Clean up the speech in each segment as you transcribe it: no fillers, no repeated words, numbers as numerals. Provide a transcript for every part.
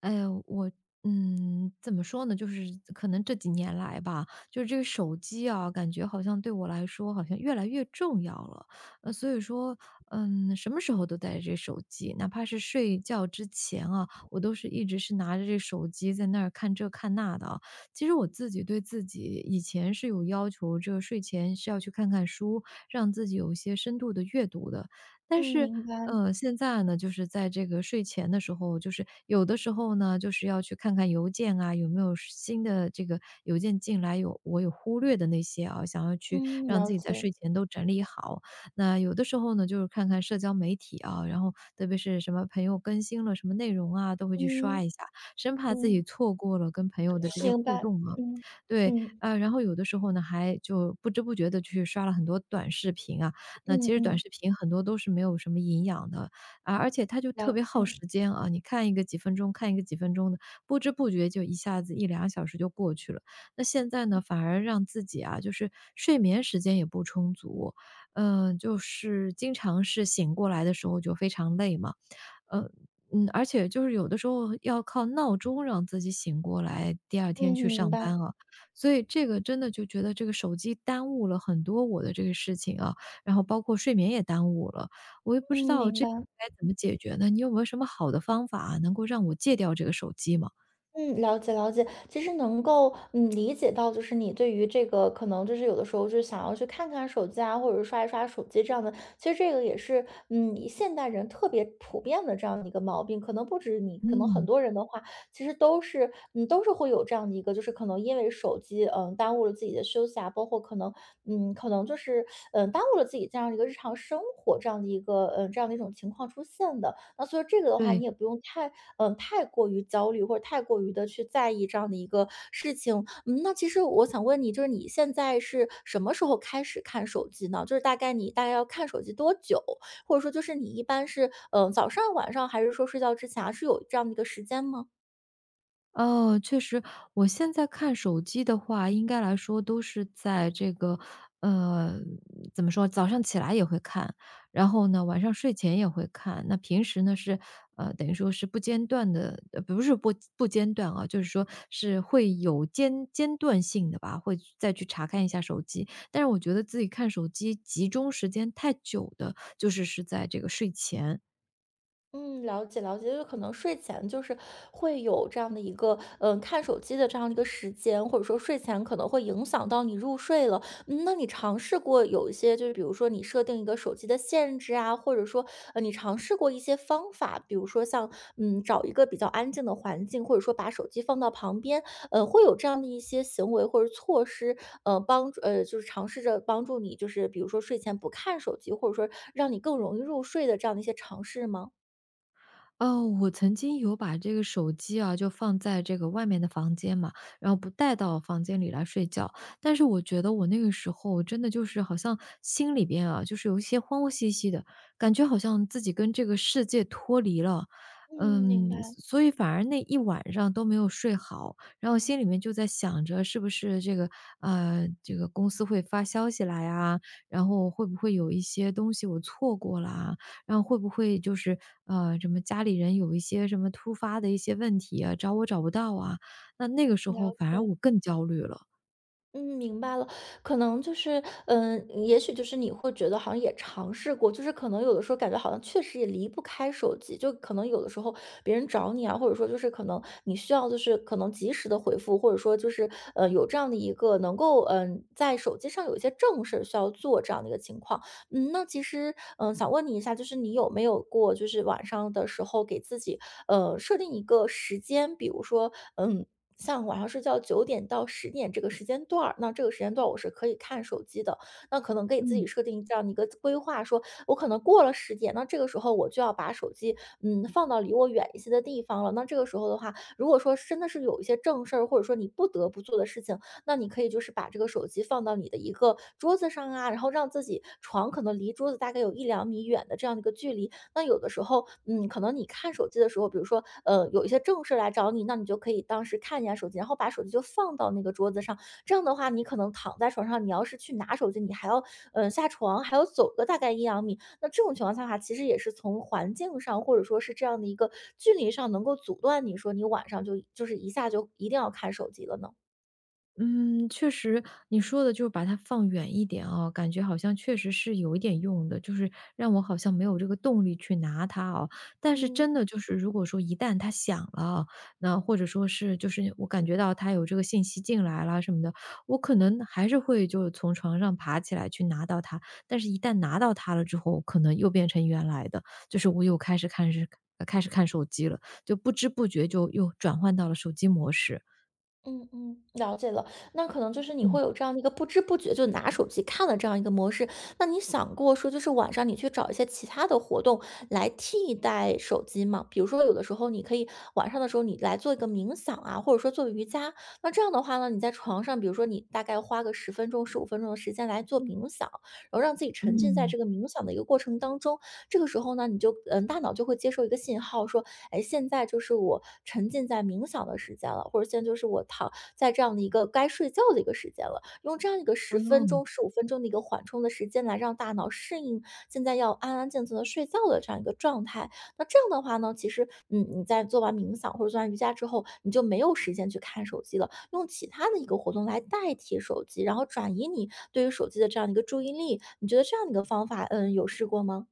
哎呦，我怎么说呢？就是可能这几年来吧，就是这个手机啊，感觉好像对我来说好像越来越重要了。所以说，什么时候都带着这手机，哪怕是睡觉之前啊，我都是一直是拿着这手机在那儿看这看那的啊。其实我自己对自己以前是有要求，这个睡前是要去看看书，让自己有一些深度的阅读的。但嗯，是，明白，现在呢，就是在这个睡前的时候，就是有的时候呢，就是要去看看邮件啊，有没有新的这个邮件进来，有我有忽略的那些啊，想要去嗯，让了自己在解，睡前都整理好。那有的时候呢，就是看看社交媒体啊，然后特别是什么朋友更新了什么内容啊，都会去刷嗯，一下，生怕自己嗯，错过了跟朋友的这些明互白，动啊。嗯，对，嗯，然后有的时候呢，还就不知不觉的去刷了很多短视频啊，那其嗯实短嗯，视频很多都是没有什么营养的，啊，而且它就特了别耗解，时间啊，你看一个几分钟，看一个几分钟的，不知不觉就一下子一两个小时就过去了。那现在呢，反而让自己啊，就是睡眠时间也不充足，就是经常是醒过来的时候就非常累嘛，呃，而且就是有的时候要靠闹钟让自己醒过来，第二天嗯，去明上白，班啊。所以这个真的就觉得这个手机耽误了很多我的这个事情啊，然后包括睡眠也耽误了。我也不知嗯，道明这白。该怎么解决呢？你有没有什么好的方法啊能够让我戒掉这个手机吗？嗯，了解了解，其实能够理解到，就是你对于这个可能就是有的时候就是想要去看看手机啊，或者是刷一刷手机这样的，其实这个也是以现代人特别普遍的这样的一个毛病，可能不止你，可能很嗯，多人的话，其实都是会有这样的一个，就是可能因为手机耽误了自己的休息啊，包括可能就是耽误了自己这样一个日常生活这样的一个这样的一种情况出现的。那所以这个的话，你对。也不用太过于焦虑或者太过于的去在意这样的一个事情。嗯，那其实我想问你，就是你现在是什么时候开始看手机呢？就是大概你大概要看手机多久？或者说就是你一般是早上、晚上，还是说睡觉之前啊是有这样的一个时间吗？哦，确实，我现在看手机的话，应该来说都是在这个，呃，怎么说，早上起来也会看，然后呢，晚上睡前也会看。那平时呢是，等于说是不间断的，不是不间断啊，就是说是会有间断性的吧，会再去查看一下手机。但是我觉得自己看手机集中时间太久的，就是是在这个睡前。嗯，了解了解，就是可能睡前就是会有这样的一个，嗯、看手机的这样一个时间，或者说睡前可能会影响到你入睡了。嗯，那你尝试过有一些，就是比如说你设定一个手机的限制啊，或者说你尝试过一些方法，比如说像找一个比较安静的环境，或者说把手机放到旁边，呃，会有这样的一些行为或者措施，呃，帮助就是尝试着帮助你，就是比如说睡前不看手机，或者说让你更容易入睡的这样的一些尝试吗？哦，我曾经有把这个手机啊，就放在这个外面的房间嘛，然后不带到房间里来睡觉。但是我觉得我那个时候真的就是好像心里边啊，就是有一些慌慌兮兮的感觉，好像自己跟这个世界脱离了。嗯，明白，嗯，所以反而那一晚上都没有睡好，然后心里面就在想着是不是这个公司会发消息来啊，然后会不会有一些东西我错过啦？然后会不会就是，什么家里人有一些什么突发的一些问题啊，找我找不到啊，那那个时候了反而解，我更焦虑了。嗯，明白了。可能就是，嗯，也许就是你会觉得好像也尝试过，就是可能有的时候感觉好像确实也离不开手机，就可能有的时候别人找你啊，或者说就是可能你需要就是可能及时的回复，或者说就是有这样的一个能够在手机上有一些正事儿需要做这样的一个情况。嗯，那其实，嗯，想问你一下，就是你有没有过，就是晚上的时候给自己，呃，设定一个时间，比如说，嗯，像晚上睡觉9点到10点这个时间段儿，那这个时间段儿我是可以看手机的，那可能给自嗯。己设定这样的一个规划，说我可能过了十点，那这个时候我就要把手机，嗯，放到离我远一些的地方了。那这个时候的话，如果说真的是有一些正事儿，或者说你不得不做的事情，那你可以就是把这个手机放到你的一个桌子上啊，然后让自己床可能离桌子大概有一两米远的这样的一个距离。那有的时候，嗯，可能你看手机的时候，比如说，呃，有一些正事来找你，那你就可以当时看一下手机，然后把手机就放到那个桌子上。这样的话，你可能躺在床上，你要是去拿手机，你还要，下床，还要走个大概一两米。那这种情况下的话，其实也是从环境上，或者说是这样的一个距离上，能够阻断你说你晚上就是一下就一定要看手机了呢？嗯，确实，你说的就是把它放远一点啊，感觉好像确实是有一点用的，就是让我好像没有这个动力去拿它哦。但是嗯。真的就是，如果说一旦它响了啊那或者说是就是我感觉到它有这个信息进来了什么的，我可能还是会就是从床上爬起来去拿到它。但是一旦拿到它了之后，可能又变成原来的，就是我又开始看手机了，就不知不觉就又转换到了手机模式。嗯嗯，了解了。那可能就是你嗯会有这样的一个不知不觉就拿手机看了这样一个模式，那你想过说就是晚上你去找一些其他的活动来替代手机吗？比如说有的时候你可以晚上的时候你来做一个冥想啊，或者说做瑜伽。那这样的话呢，你在床上，比如说你大概花个十分钟、十五分钟的时间来做冥想，然后让自己沉浸在嗯，这个冥想的一个过程当中，这个时候呢，你就大脑就会接受一个信号，说，哎，现在就是我沉浸在冥想的时间了，或者现在就是我躺在这样的一个该睡觉的一个时间了。用这样一个十分哦。钟、十五分钟的一个缓冲的时间来让大脑适应现在要安安静静的睡觉的这样一个状态。那这样的话呢，其实，嗯，你在做完冥想或者做完瑜伽之后，你就没有时间去看手机了，用其他的一个活动来代替手机，然后转移你对于手机的这样一个注意力。你觉得这样的一个方法，嗯，有试过吗？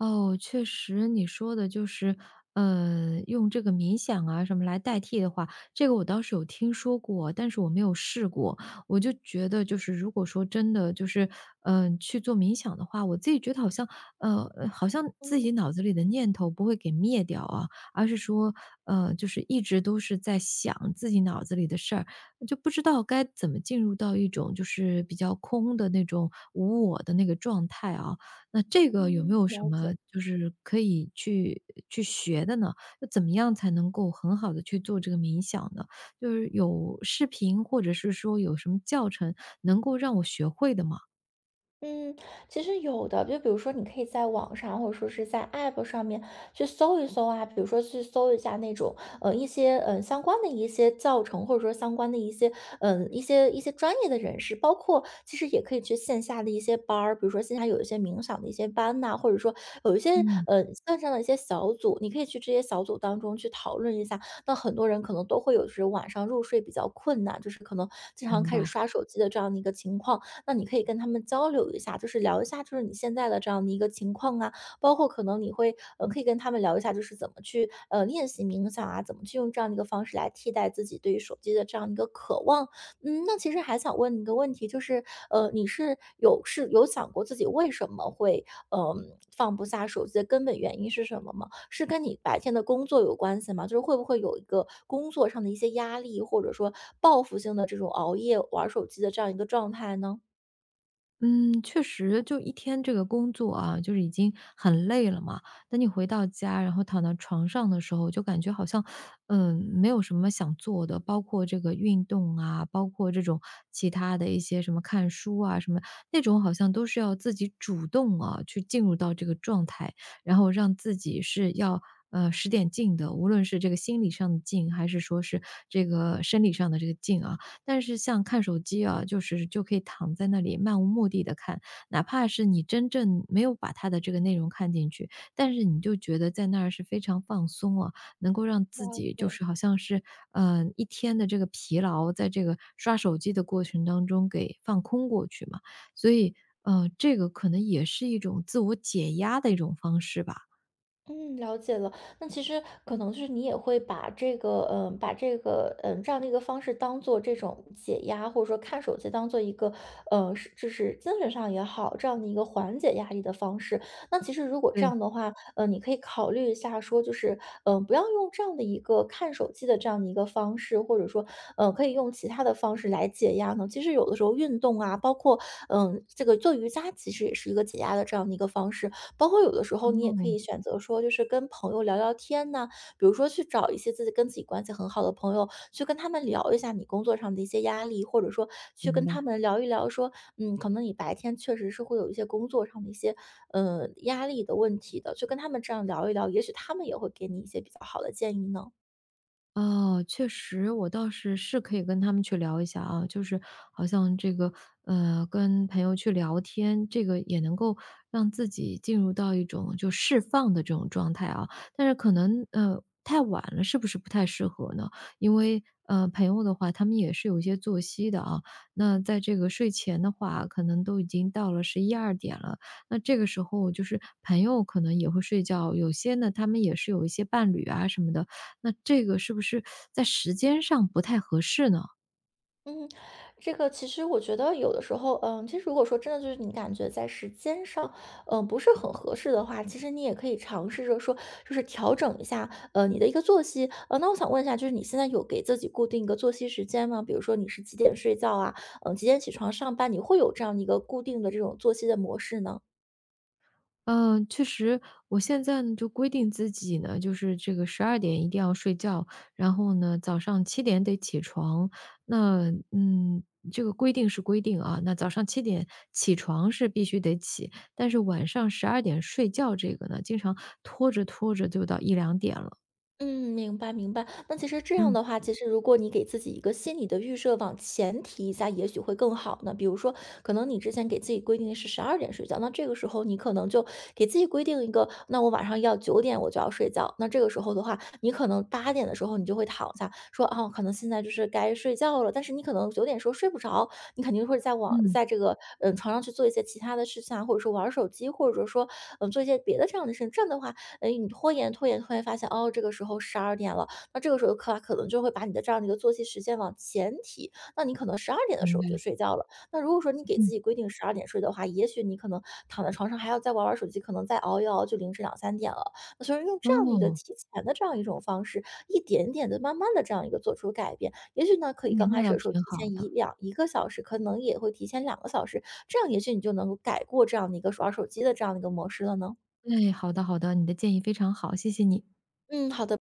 哦，确实，你说的就是，用这个冥想啊什么来代替的话，这个我倒是有听说过，但是我没有试过。我就觉得，就是如果说真的就是，去做冥想的话，我自己觉得好像，好像自嗯，己脑子里的念头不会给灭掉啊，而是说，就是一直都是在想自己脑子里的事儿，就不知道该怎么进入到一种就是比较空的那种无我的那个状态啊。那这个有没嗯，有什了解。么就是可以去学的呢？那怎么样才能够很好的去做这个冥想呢？就是有视频或者是说有什么教程能够让我学会的吗？嗯，其实有的，就比如说，你可以在网上或者说是在 App 上面去搜一搜啊，比如说去搜一下那种一些相关的一些教程，或者说相关的一些一些专业的人士，包括其实也可以去线下的一些班儿，比如说线下有一些冥想的一些班呐、或者说有一些嗯，线上的一些小组，你可以去这些小组当中去讨论一下。那很多人可能都会有就是晚上入睡比较困难，就是可能经常明开始白。刷手机的这样的一个情况。那你可以跟他们交流一下，就是聊一下，就是你现在的这样的一个情况啊，包括可能你会，呃，可以跟他们聊一下，就是怎么去练习冥想啊，怎么去用这样的一个方式来替代自己对于手机的这样一个渴望。嗯，那其实还想问你一个问题，就是呃，你是有想过自己为什么会嗯、呃放不下手机的根本原因是什么吗？是跟你白天的工作有关系吗？就是会不会有一个工作上的一些压力，或者说报复性的这种熬夜玩手机的这样一个状态呢？嗯，确实，就一天这个工作啊，就是已经很累了嘛。等你回到家，然后躺到床上的时候，就感觉好像，嗯，没有什么想做的，包括这个运动啊，包括这种其他的一些什么看书啊，什么那种，好像都是要自己主动啊，去进入到这个状态，然后让自己是要使点劲的，无论是这个心理上的劲，还是说是这个生理上的这个劲啊。但是像看手机啊，就是就可以躺在那里漫无目的的看，哪怕是你真正没有把它的这个内容看进去，但是你就觉得在那儿是非常放松啊，能够让自了己就解，是好像是，一天的这个疲劳，在这个刷手机的过程当中给放空过去嘛。所以，这个可能也是一种自我解压的一种方式吧。嗯，了解了。那其实可能就是你也会把这个，这样的一个方式当做这种解压，或者说看手机当做一个，呃，是就是精神上也好，这样的一个缓解压力的方式。那其实如果这对，样的话，呃，你可以考虑一下，说就是，不要用这样的一个看手机的这样的一个方式，或者说，呃，可以用其他的方式来解压呢。其实有的时候运动啊，包括，这个做瑜伽，其实也是一个解压的这样的一个方式。包括有的时候你也可嗯，以选择说，就是跟朋友聊聊天呐，比如说去找一些自己跟自己关系很好的朋友，去跟他们聊一下你工作上的一些压力，或者说去明跟他白。们聊一聊说，可能你白天确实是会有一些工作上的一些压力的问题的，去跟他们这样聊一聊，也许他们也会给你一些比较好的建议呢。哦，确实，我倒是可以跟他们去聊一下啊，就是好像这个，跟朋友去聊天，这个也能够让自己进入到一种就释放的这种状态啊。但是可能，太晚了，是不是不太适合呢？因为，朋友的话，他们也是有一些作息的啊。那在这个睡前的话，可能都已经到了十一二点了。那这个时候就是朋友可能也会睡觉，有些呢，他们也是有一些伴侣啊什么的，那这个是不是在时间上不太合适呢？嗯，这个其实我觉得有的时候，嗯，其实如果说真的就是你感觉在时间上，不是很合适的话，其实你也可以尝试着说，就是调整一下，呃，你的一个作息。呃，那我想问一下，就是你现在有给自己固定一个作息时间吗？比如说你是几点睡觉啊？几点起床上班？你会有这样的一个固定的这种作息的模式呢？嗯，确实，我现在呢就规定自己呢，就是这个十二点一定要睡觉，然后呢早上七点得起床。那这个规定是规定啊，那早上七点起床是必须得起，但是晚上十二点睡觉这个呢，经常拖着拖着就到一两点了。嗯，明白明白。那其实这样嗯，的话，其实如果你给自己一个心理的预设，往前提一下，也许会更好呢。比如说，可能你之前给自己规定的是十二点睡觉，那这个时候你可能就给自己规定一个，那我晚上要九点我就要睡觉。那这个时候的话，你可能8点的时候你就会躺下，说啊，可能现在就是该睡觉了。但是你可能九点时候睡不着，你肯定会在网嗯，在这个嗯床上去做一些其他的事情啊，或者说玩儿手机，或者说做一些别的这样的事情。这样的话，哎，你拖延，发现哦，这个时候十二点了，那这个时候可能就会把你的这样的一个作息时间往前提，那你可能十二点的时明候白，就睡觉了。那如果说你给自嗯，己规定十二点睡的话，也许你可能躺在床上还要再玩玩手机，可能再熬一熬就凌晨两三点了。那所以用这样的一个哦，提前的这样一种方式，一点点的、慢慢的这样一个做出改变，也许呢可以哎，刚那开始倒的时候挺提好前的。一个小时，可能也会提前2个小时，这样也许你就能够改过这样的一个耍手机的这样的一个模式了呢。哎，好的好的，你的建议非常好，谢谢你。嗯，好的。